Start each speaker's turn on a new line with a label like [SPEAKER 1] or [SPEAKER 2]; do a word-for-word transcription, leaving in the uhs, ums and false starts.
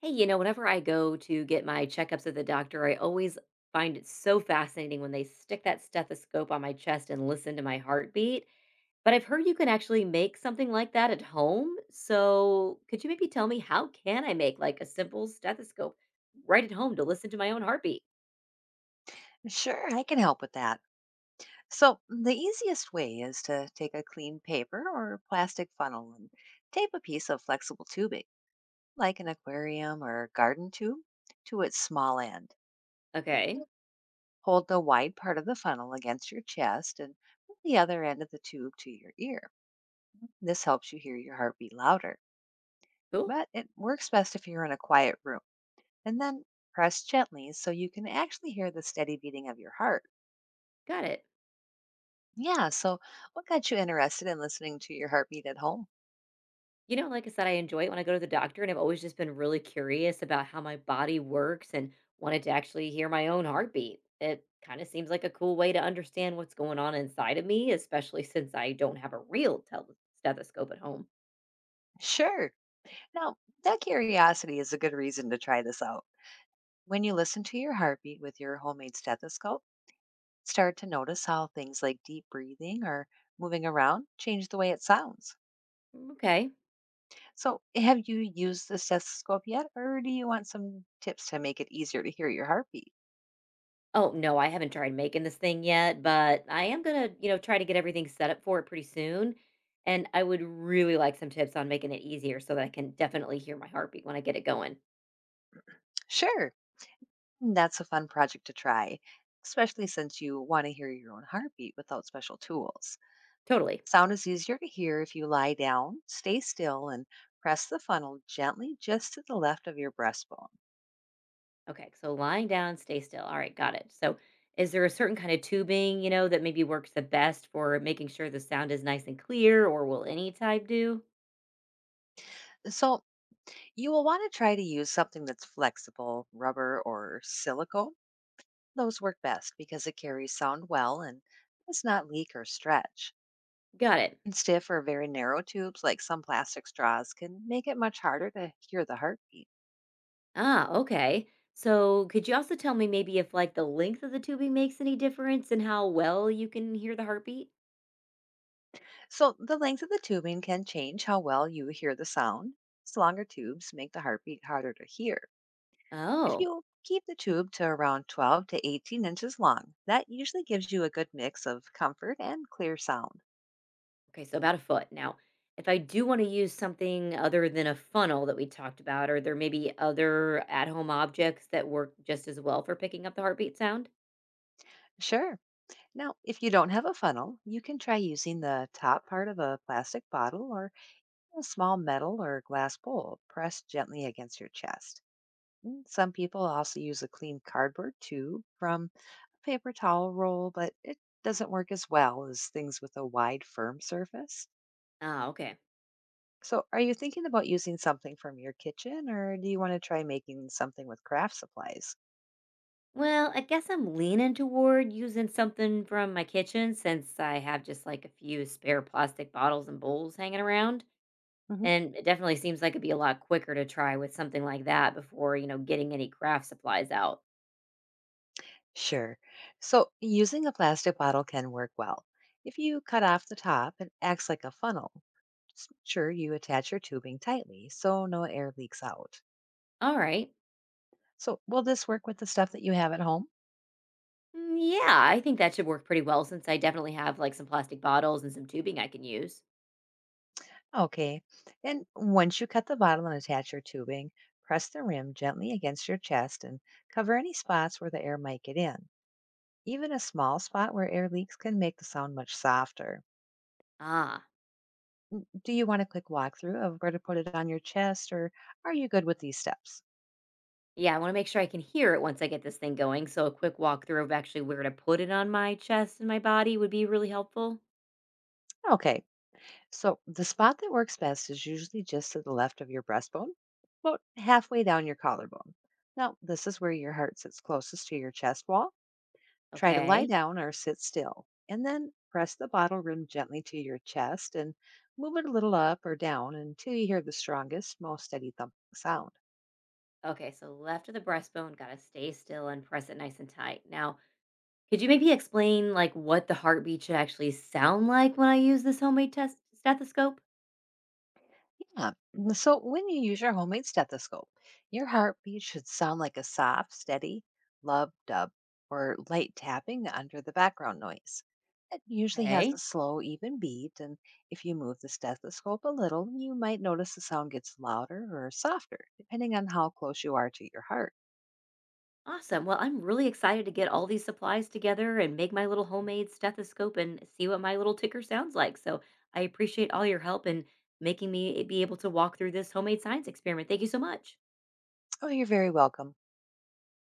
[SPEAKER 1] Hey, you know, whenever I go to get my checkups at the doctor, I always find it so fascinating when they stick that stethoscope on my chest and listen to my heartbeat. But I've heard you can actually make something like that at home. So could you maybe tell me how can I make like a simple stethoscope right at home to listen to my own heartbeat?
[SPEAKER 2] Sure, I can help with that. So, the easiest way is to take a clean paper or plastic funnel and tape a piece of flexible tubing, like an aquarium or garden tube, to its small end.
[SPEAKER 1] Okay,
[SPEAKER 2] Hold the wide part of the funnel against your chest and put the other end of the tube to your ear. This helps you hear your heartbeat louder,
[SPEAKER 1] cool.
[SPEAKER 2] but it works best if you're in a quiet room. And then press gently so you can actually hear the steady beating of your heart.
[SPEAKER 1] Got it.
[SPEAKER 2] Yeah. So, what got you interested in listening to your heartbeat at home?
[SPEAKER 1] You know, like I said, I enjoy it when I go to the doctor, and I've always just been really curious about how my body works and wanted to actually hear my own heartbeat. It kind of seems like a cool way to understand what's going on inside of me, especially since I don't have a real tel- stethoscope at home.
[SPEAKER 2] Sure. Now, that curiosity is a good reason to try this out. When you listen to your heartbeat with your homemade stethoscope, start to notice how things like deep breathing or moving around change the way it sounds.
[SPEAKER 1] Okay.
[SPEAKER 2] So, have you used the stethoscope yet, or do you want some tips to make it easier to hear your heartbeat?
[SPEAKER 1] Oh, no, I haven't tried making this thing yet, but I am going to, you know, try to get everything set up for it pretty soon. And I would really like some tips on making it easier so that I can definitely hear my heartbeat when I get it going.
[SPEAKER 2] Sure. That's a fun project to try, especially since you want to hear your own heartbeat without special tools.
[SPEAKER 1] Totally.
[SPEAKER 2] Sound is easier to hear if you lie down, stay still, and press the funnel gently just to the left of your breastbone.
[SPEAKER 1] Okay, so lying down, stay still. All right, got it. So, is there a certain kind of tubing, you know, that maybe works the best for making sure the sound is nice and clear, or will any type do?
[SPEAKER 2] So, you will want to try to use something that's flexible, rubber or silicone. Those work best because it carries sound well and does not leak or stretch.
[SPEAKER 1] Got it.
[SPEAKER 2] And stiff or very narrow tubes, like some plastic straws, can make it much harder to hear the heartbeat.
[SPEAKER 1] Ah, okay. So, could you also tell me maybe if like the length of the tubing makes any difference and how well you can hear the heartbeat?
[SPEAKER 2] So, the length of the tubing can change how well you hear the sound. As Longer tubes make the heartbeat harder to hear. If
[SPEAKER 1] Oh,
[SPEAKER 2] you keep the tube to around twelve to eighteen inches long, that usually gives you a good mix of comfort and clear sound.
[SPEAKER 1] okay. So, about a foot. Now, if I do want to use something other than a funnel that we talked about, are there maybe other at home objects that work just as well for picking up the heartbeat sound?
[SPEAKER 2] Sure. Now, if you don't have a funnel, you can try using the top part of a plastic bottle or a small metal or glass bowl pressed gently against your chest. Mm, Some people also use a clean cardboard tube from a paper towel roll, but it doesn't work as well as things with a wide, firm surface.
[SPEAKER 1] Ah, okay.
[SPEAKER 2] So, are you thinking about using something from your kitchen or do you want to try making something with craft supplies?
[SPEAKER 1] Well, I guess I'm leaning toward using something from my kitchen since I have just like a few spare plastic bottles and bowls hanging around.
[SPEAKER 2] Hmm.
[SPEAKER 1] And it definitely seems like it'd be a lot quicker to try with something like that before, you know, getting any craft supplies out.
[SPEAKER 2] Sure. So, using a plastic bottle can work well. If you cut off the top and acts like a funnel, just make sure you attach your tubing tightly so no air leaks out.
[SPEAKER 1] All right.
[SPEAKER 2] So, will this work with the stuff that you have at home?
[SPEAKER 1] Mm, yeah, I think that should work pretty well since I definitely have like some plastic bottles and some tubing I can use.
[SPEAKER 2] Okay. And once you cut the bottle and attach your tubing, press the rim gently against your chest and cover any spots where the air might get in. Even a small spot where air leaks can make the sound much softer.
[SPEAKER 1] Ah,
[SPEAKER 2] Do you want a quick walkthrough of where to put it on your chest, or are you good with these steps?
[SPEAKER 1] yeah, I want to make sure I can hear it once I get this thing going. So a quick walkthrough of actually where to put it on my chest and my body would be really helpful.
[SPEAKER 2] Okay, so the spot that works best is usually just to the left of your breastbone, about halfway down your collarbone. Now, this is where your heart sits closest to your chest wall. Try to lie
[SPEAKER 1] Okay.
[SPEAKER 2] down or sit still, and then press the bottle rim gently to your chest and move it a little up or down until you hear the strongest, most steady thumping sound.
[SPEAKER 1] Okay, so left of the breastbone, gotta stay still and press it nice and tight. Now, could you maybe explain like what the heartbeat should actually sound like when I use this homemade test stethoscope?
[SPEAKER 2] Yeah. Mm, So when you use your homemade stethoscope, your heartbeat should sound like a soft, steady lub dub or light tapping under the background noise. It usually has a
[SPEAKER 1] Okay,
[SPEAKER 2] slow, even beat, and if you move the stethoscope a little, you might notice the sound gets louder or softer, depending on how close you are to your heart.
[SPEAKER 1] awesome. Well, I'm really excited to get all these supplies together and make my little homemade stethoscope and see what my little ticker sounds like. So I appreciate all your help in making me be able to walk through this homemade science experiment. Thank you so much.
[SPEAKER 2] Oh, you're very welcome.